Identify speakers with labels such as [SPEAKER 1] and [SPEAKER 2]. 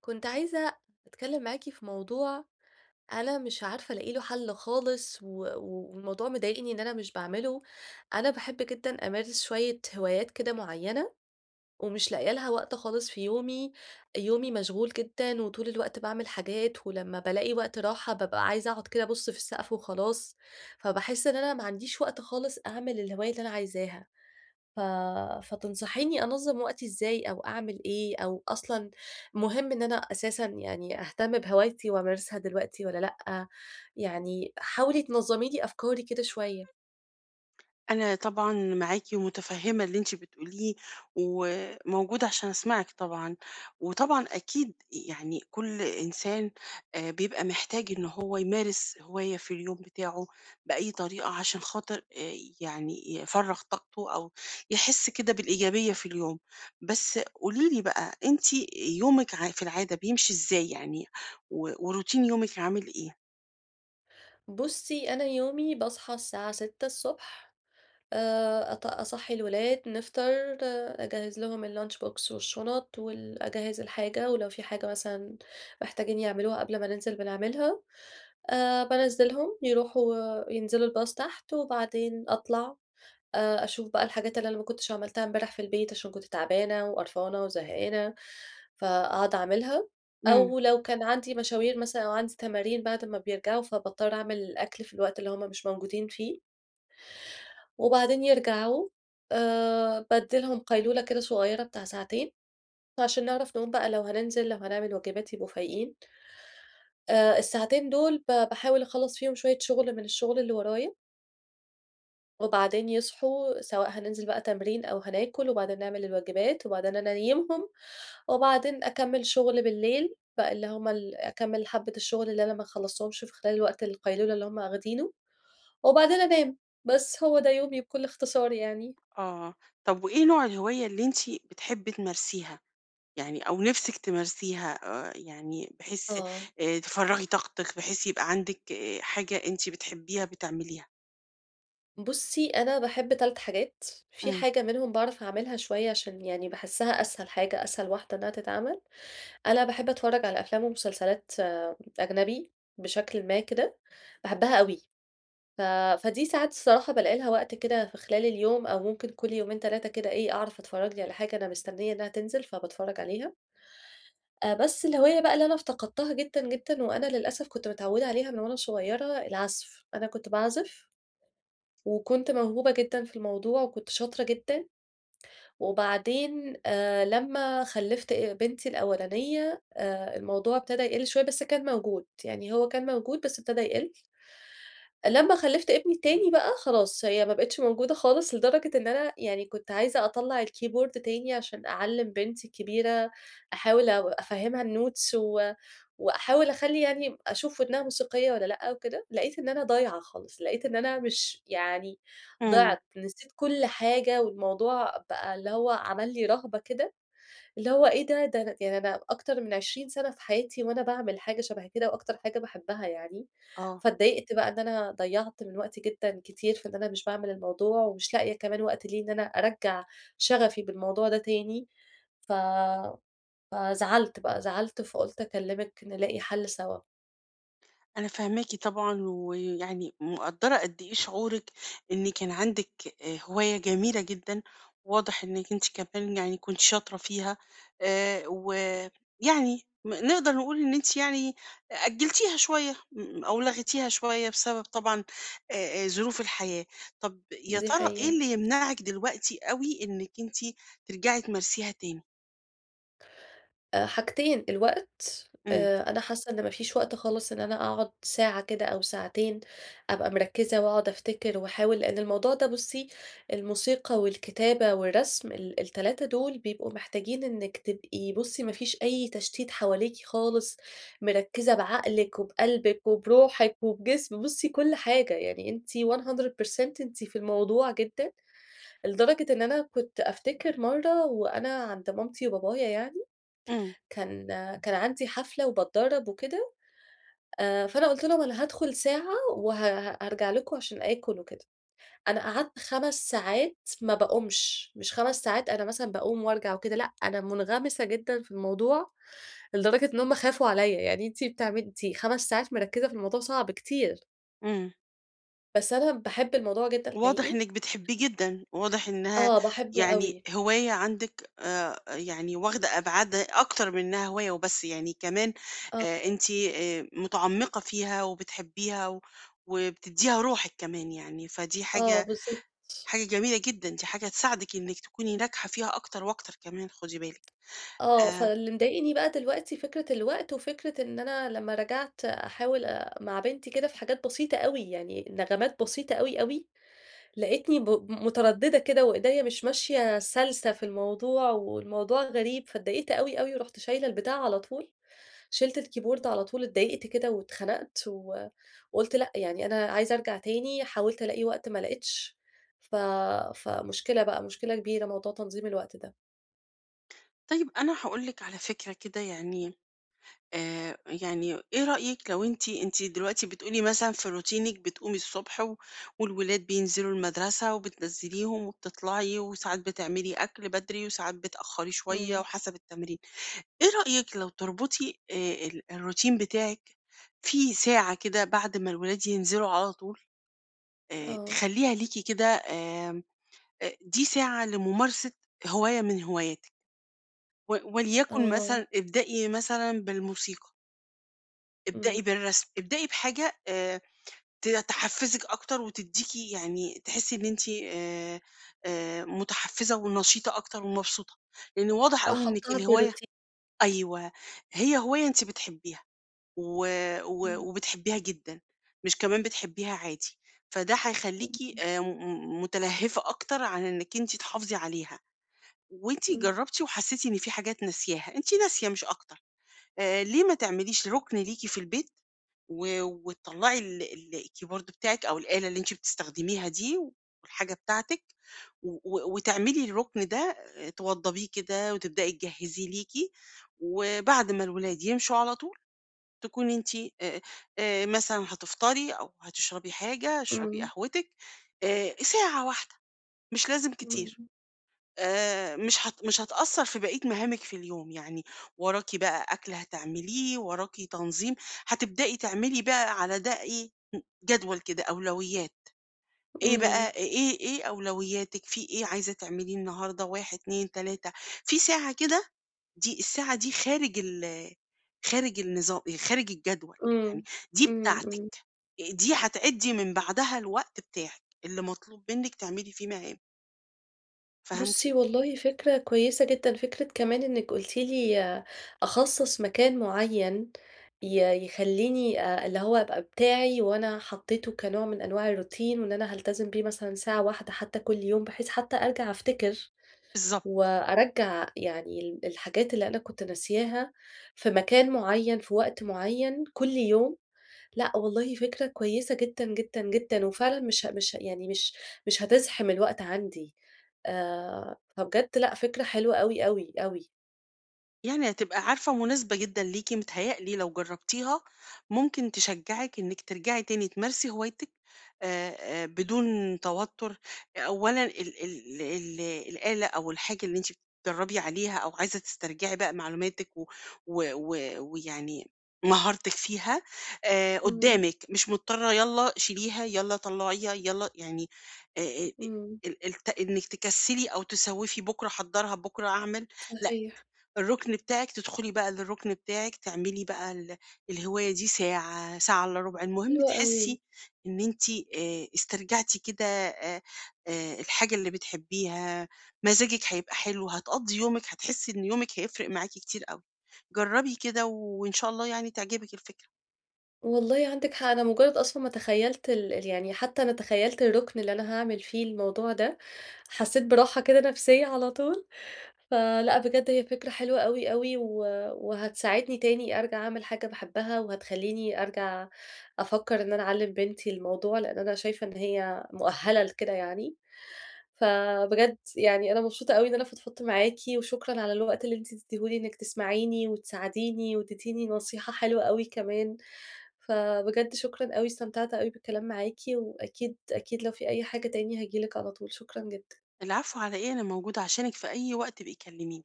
[SPEAKER 1] كنت عايزة أتكلم معاكِ في موضوع أنا مش عارفة ألاقي له حل خالص، و و- والموضوع مضايقني إن أنا مش باعمله. أنا باحب جدًا أمارس شوية هوايات كده معينة، ومش لاقية لها وقت خالص في يومي. يومي مشغول جدًا، وطول الوقت باعمل حاجات، ولمّا بالاقي وقت راحة بابقى عايزة أقعد كده أبُص في السقف وخلاص. فباحس إن أنا ما عنديش وقت خالص أعمل الهواية اللي أنا عايزاها. ف فتنصحيني أنظّم وقتي إزاي أو أعمل إيه، أو أصلًا مهم إن أنا أساسًا يعني أهتم بهوايتي وأمارسها دلوقتي والّا لأ؟ يعني حاولي تنظّمي لي أفكاري كده شوية.
[SPEAKER 2] أنا طبعًا معاكِ ومتفهّمة اللي أنتِ بتقوليه، وموجودة عشان أسمعِك طبعًا، وطبعًا أكيد يعني كل إنسان بيبقى محتاج إن هو يمارس هواية في اليوم بتاعه بأي طريقة عشان خاطر يعني يفرّغ طاقته أو يحس كده بالإيجابية في اليوم. بس قولي لي بقى أنتِ يومِك في العادة بيمشي إزاي يعني و وروتين يومِك عامل إيه؟
[SPEAKER 1] بُصّي، أنا يومي باصحى الساعة 6:00 ص، أط أصحّي الولاد، نفطر، آه، أجهّز لهم الlunch box والشُنط أجهّز الحاجة، ولو في حاجة مثلًا محتاجين يعملوها قبل ما ننزل بنعملها. بانزّلهم يروحوا ينزلوا الbus تحت، وبعدين أطلع أشوف بقى الحاجات اللي أنا ما كنتش عملتها امبارح في البيت عشان كنت تعبانة وقرفانة وزهقانة، فأقعد أعملها.
[SPEAKER 2] إمم.
[SPEAKER 1] أو لو كان عندي مشاوير مثلًا أو عندي تمارين بعد ما بيرجعوا، فباضطر أعمل الأكل في الوقت اللي هم مش موجودين فيه. وبعدين يرجعوا، بادّي لهم قيلولة كده صغيّرة بتاع ساعتين، عشان نعرف نقوم بقى لو هننزل، لو هنعمل واجبات يبقوا فايقين. الساعتين دول باحاول أخلّص فيهم شوية شغل من الشغل اللي ورايا، وبعدين يصحوا سواء هننزل بقى تمرين أو هناكل، وبعدين نعمل الواجبات، وبعدين أنا أنيّمهم، وبعدين أكمّل شغل بالليل بقى اللي هم أكمّل حبّة الشغل اللي أنا ما خلّصتهمش في خلال الوقت القيلولة اللي هم أخدينه، وبعدين أنام. بس هو ده يومي بكل اختصار يعني.
[SPEAKER 2] آه. طب وإيه نوع الهواية اللي أنتِ بتحبي تمارسيها؟ يعني أو نِفْسِك تمارسيها يعني بحيث
[SPEAKER 1] آه.
[SPEAKER 2] تفرّغي طاقتِك، بحيث يبقى عندِك حاجة أنتِ بتحبيها بتعمليها.
[SPEAKER 1] بُصّي، أنا باحب 3 حاجات، في
[SPEAKER 2] إمم،
[SPEAKER 1] حاجة منهم باعرف أعملها شوية عشان يعني باحسّها أسهل حاجة، أسهل واحدة إنّها تتعمل. أنا باحب أتفرّج على أفلام ومسلسلات، آه، أجنبي بشكلٍ ما كده، باحبها أوي. ف فدي ساعات الصراحة بالاقي لها وقت كده في خلال اليوم أو ممكن كل يومين 3 كده إيه، أعرف أتفرّج لي على حاجة أنا مستنية إنّها تنزل فباتفرّج عليها. بس الهواية بقى اللي أنا افتقدتها جدًا، جدًا، وأنا للأسف كنت متعوّدة عليها من وأنا صغيرة، العزف. أنا كنت باعزف وكنت موهوبة جدًا في الموضوع وكنت شاطرة جدًا، وبعدين لمّا خلّفت بنتي الأولانية الموضوع ابتدى يقِل شوية بس كان موجود، يعني هو كان موجود بس ابتدى يقِل. لمّا خلّفت ابني التاني بقى خلاص هي ما بقِتش موجودة خالص، لدرجة إن أنا يعني كنت عايزة أطلّع الكيبورد تاني عشان أعلّم بنتي الكبيرة، أحاول أو أفهّمها الnotes، و وأحاول أخلّي يعني أشوف ودنها موسيقية والّا لأ وكده، لقيت إن أنا ضايعة خالص، لقيت إن أنا مش يعني
[SPEAKER 2] إمم،
[SPEAKER 1] ضِعت، نسيت كل حاجة والموضوع بقى اللي هو عمل لي رهبة كده، اللي هو إيه ده، ده أنا يعني أنا أكتر من 20 سَنة في حياتي وأنا باعمل حاجة شَبه كده وأكتر حاجة باحبها يعني،
[SPEAKER 2] آه.
[SPEAKER 1] فاتضايقت بقى إن أنا ضيّعت من وقتي جدًا كتير في إن أنا مش باعمل الموضوع ومش لاقية كمان وقت ليه إن أنا أرَجّع شغفي بالموضوع ده تاني، ف فزعلت بقى، زعلت فقُلت أكلّمِك نلاقي حَل سوا،
[SPEAKER 2] أنا فاهماكِ طبعًا، ويعني مقدّرة قد إيه شعورِك إن كان عندِك هواية جميلة جدًا، واضح إنِّك أنتِ كمان يعني كنتِ شاطرة فيها، ويعني نقدر نقول إن أنتِ يعني أجّلتيها شوية، أو لغيتيها شوية بسبب طبعًا آآ ظروف الحياة. طَب يا
[SPEAKER 1] دي
[SPEAKER 2] ترى إيه
[SPEAKER 1] حقيقة.
[SPEAKER 2] اللي يمنعِك دلوقتي أوي إنِّك أنتِ ترجعي تمارسيها تاني؟
[SPEAKER 1] حاجتين، الوقت،
[SPEAKER 2] إمم،
[SPEAKER 1] أنا حاسة إن ما فيش وقت خالص إن أنا أقعد ساعة كده أو ساعتين أبقى مركّزة وأقعد أفتكر وأحاول، لإن الموضوع ده بُصّي، الموسيقى والكتابة والرسم ال3 دول بيبقوا محتاجين إنِّك تبقي، بُصّي، ما فيش أي تشتيت حواليكِ خالص، مركّزة بعقلِك وبقلبِك وبروحِك وبجسم، بُصّي كل حاجة، يعني أنتِ 100% أنتِ في الموضوع جدًا، لدرجة إن أنا كنت أفتكر مرّة وأنا عند مامتي وبابايا يعني
[SPEAKER 2] إمم،
[SPEAKER 1] كان كان عندي حفلة وباتدرّب وكده، فأنا قُلت لهم أنا هادخل ساعة هارجع لكم عشان آكل وكده. أنا قعدت 5 ساعات ما باقومش، مش 5 ساعات أنا مثلًا باقوم وارجع وكده، لأ، أنا منغمسة جدًا في الموضوع لدرجة إن هُم خافوا عليّا، يعني أنتِ بتعملي أنتِ 5 ساعات مركّزة في الموضوع صعب كتير،
[SPEAKER 2] إمم.
[SPEAKER 1] بس أنا باحب الموضوع جدًا
[SPEAKER 2] واضح
[SPEAKER 1] حقيقي.
[SPEAKER 2] إنِك بتحبيه جدًا، واضح إنها
[SPEAKER 1] آه، باحبه
[SPEAKER 2] يعني
[SPEAKER 1] أوي.
[SPEAKER 2] هواية عندِك يعني واخدة أبعاد أكتر من إنها هواية وبس، يعني كمان
[SPEAKER 1] آه،
[SPEAKER 2] أنتِ متعمقة فيها وبتحبيها وبتديها روحِك كمان يعني، فدي
[SPEAKER 1] آه،
[SPEAKER 2] حاجة
[SPEAKER 1] بالضبط.
[SPEAKER 2] حاجة جميلة جدًا، دي حاجة تساعدِك إنِك تكوني ناجحة فيها أكتر وأكتر كمان خدي بالِك.
[SPEAKER 1] آه،
[SPEAKER 2] آآ
[SPEAKER 1] فاللي مضايقني بقى دلوقتي فكرة الوقت، وفكرة إن أنا لمّا رجعت أحاول، مع بنتي كده في حاجات بسيطة أوي، يعني نغمات بسيطة أوي، أوي، لقيتني مترددة كده وإيديّا مش ماشية سلسة في الموضوع، والموضوع غريب، فاتضايقت أوي، أوي، ورُحت شايلة البتاع على طول، شِلت الكيبورد على طول، اتضايقت كده واتخنقت، وقُلت لأ، يعني أنا عايزة أرجع تاني، حاولت ألاقي وقت ما لقيتش، ف فمشكلة بقى، مشكلة كبيرة موضوع تنظيم الوقت ده.
[SPEAKER 2] طيب أنا هاقول لِك على فكرة كده يعني يعني إيه رأيِك لو أنتِ دلوقتي بتقولي مثلًا في روتينِك بتقومي الصبح و والولاد بينزلوا المدرسة وبتنزّليهم وبتطلعي وساعات بتعملي أكل بدري وساعات بتأخّري شوية
[SPEAKER 1] إمم،
[SPEAKER 2] وحسب التمرين، إيه رأيِك لو تربطي ال الروتين بتاعِك في ساعة كده بعد ما الولاد ينزلوا على طول
[SPEAKER 1] آه،
[SPEAKER 2] تخلّيها ليكِ كده آمم أ دي ساعة لممارسة هواية من هواياتِك وليكن
[SPEAKER 1] آه.
[SPEAKER 2] مثلًا ابدئي مثلًا بالموسيقى. ابدئي
[SPEAKER 1] إمم،
[SPEAKER 2] بالرسم، ابدئي بحاجة ت تحفّزِك أكتر وتدّيكِ يعني تحسّي إن أنتِ متحفّزة ونشيطة أكتر ومبسوطة، لإن واضح أوي إنِّك
[SPEAKER 1] أحطّها في
[SPEAKER 2] الهواية
[SPEAKER 1] الroutine.
[SPEAKER 2] أيوه، هي هواية أنتِ بتحبّيها و و
[SPEAKER 1] إمم،
[SPEAKER 2] وبتحبّيها جدًا، مش كمان بتحبّيها عادي، فده هيخلّيكِ م متلهّفة أكتر عن إنِّك أنتِ تحافظي عليها، وأنتِ
[SPEAKER 1] إمم،
[SPEAKER 2] جرّبتِ وحسّيتِ إن في حاجات ناسياها، أنتِ ناسية مش أكتر، ليه ما تعمليش رُكن ليكِ في البيت وتطلّعي ال ال الكيبورد بتاعِك أو الآلة اللي أنتِ بتستخدميها دي والحاجة بتاعتِك و و وتعملي الرُكن ده توضّبيه كده وتبدئي تجهّزيه ليكِ، وبعد ما الولاد يمشوا على طول تكوني أنتِ آآ مثلًا هتفطري أو هتشربي حاجة، اشربي
[SPEAKER 1] إمم،
[SPEAKER 2] قهوتِك ساعة واحدة مش لازم
[SPEAKER 1] إمم،
[SPEAKER 2] كتير. مش هتأثّر في بقية مهامِك في اليوم، يعني وراكِ بقى أكل هتعمليه، وراكِ تنظيم، هتبدئي تعملي بقى على ده إيه، جدول كده أولويات، إيه بقى
[SPEAKER 1] إمم،
[SPEAKER 2] إيه أولوياتِك، في إيه عايزة تعمليه النهارده، 1، 2، 3 في ساعة كده دي الساعة دي خارج النظام خارج الجدول، يعني
[SPEAKER 1] إمم،
[SPEAKER 2] دي
[SPEAKER 1] إمم،
[SPEAKER 2] بتاعتِك،
[SPEAKER 1] إمم.
[SPEAKER 2] دي هتعدّي من بعدها الوقت بتاعِك اللي مطلوب منِّك تعملي فيه مهام، فهمتِ؟
[SPEAKER 1] بُصّي، والله فكرة كويسة جدًا، فكرة كمان إنِّك قُلتِ لي أخصّص مكان معيّن يخلّيني، اللي هو أبقى بتاعي وأنا حطّيته كنوع من أنواع الroutine، وإن أنا هالتزم بيه مثلًا ساعة واحدة حتّى كل يوم، بحيث حتّى أرجع أفتكر
[SPEAKER 2] بالضبط.
[SPEAKER 1] وأرجّع يعني ال الحاجات اللي أنا كنت ناسياها في مكان معيّن، في وقت معيّن كل يوم. لأ، والله فكرة كويسة جدًا، جدًا، جدًا، وفعلًا مش ه مش ه يعني مش هتزحم الوقت عندي، فبجد لأ، فكرة حلوة أوي، أوي، أوي.
[SPEAKER 2] يعني هتبقى عارفة مناسبة جدًا ليكِ متهيأ لي لو جرّبتيها ممكن تشجّعِك إنِّك ترجعي تاني تمارسي هوايتِك بدون توتُّر، أولًا ال ال ال الآلة أو الحاجة اللي أنتِ بتتدرّبي عليها أو عايزة تسترجعي بقى معلوماتِك و و و ويعني مهارتِك فيها
[SPEAKER 1] إمم،
[SPEAKER 2] قدّامِك، مش مضطرة يالّا شيليها، يالّا طلّعيها، يالّا يعني آآ، آآ،
[SPEAKER 1] إمم،
[SPEAKER 2] ال الت إنِّك تكسّلي أو تسوّفي بُكرة أحضّرها، بُكرة أعمل، لأ
[SPEAKER 1] صحيح،
[SPEAKER 2] الرُكن بتاعِك تدخلي بقى للرُكن بتاعِك، تعملي بقى الهواية دي ساعة، ساعة إلا رُبع، المهم
[SPEAKER 1] حلوة أوي.
[SPEAKER 2] تحسّي إن أنتِ استرجعتِ كده الحاجة اللي بتحبّيها، مزاجِك هيبقى حلو، هتقضّي يومِك، هتحسّي إن يومِك هيفرق معاكِ كتير أوي. جرّبي كده وإن شاء الله يعني تعجبِك الفكرة.
[SPEAKER 1] والله عندِك حق، أنا مجرد أصلًا ما تخيلت ال ال يعني حتى أنا تخيلت الركن اللي أنا هاعمل فيه الموضوع ده، حسيت براحة كده نفسية على طول. فلأ، بجد هي فكرة حلوة أوي، أوي، وهتساعدني تاني أرجع أعمل حاجة باحبها، وهتخلّيني أرجع أفكّر إن أنا أعلّم بنتي الموضوع، لإن أنا شايفة إن هي مؤهلة لكده يعني. فبجد يعني أنا مبسوطة أوي إن أنا فضفضت معاكِ، وشكرًا على الوقت اللي أنتِ اديتيه لي إنِّك تسمعيني وتساعديني، واديتيني نصيحة حلوة أوي كمان، فبجد شكرًا أوي، استمتعت أوي بالكلام معاكِ، وأكيد، أكيد لو في أي حاجة تاني هاجي لِك على طول، شكرًا جدًا.
[SPEAKER 2] العفو على إيه، أنا موجودة عشانِك في أي وقت، ابقي كلّميني.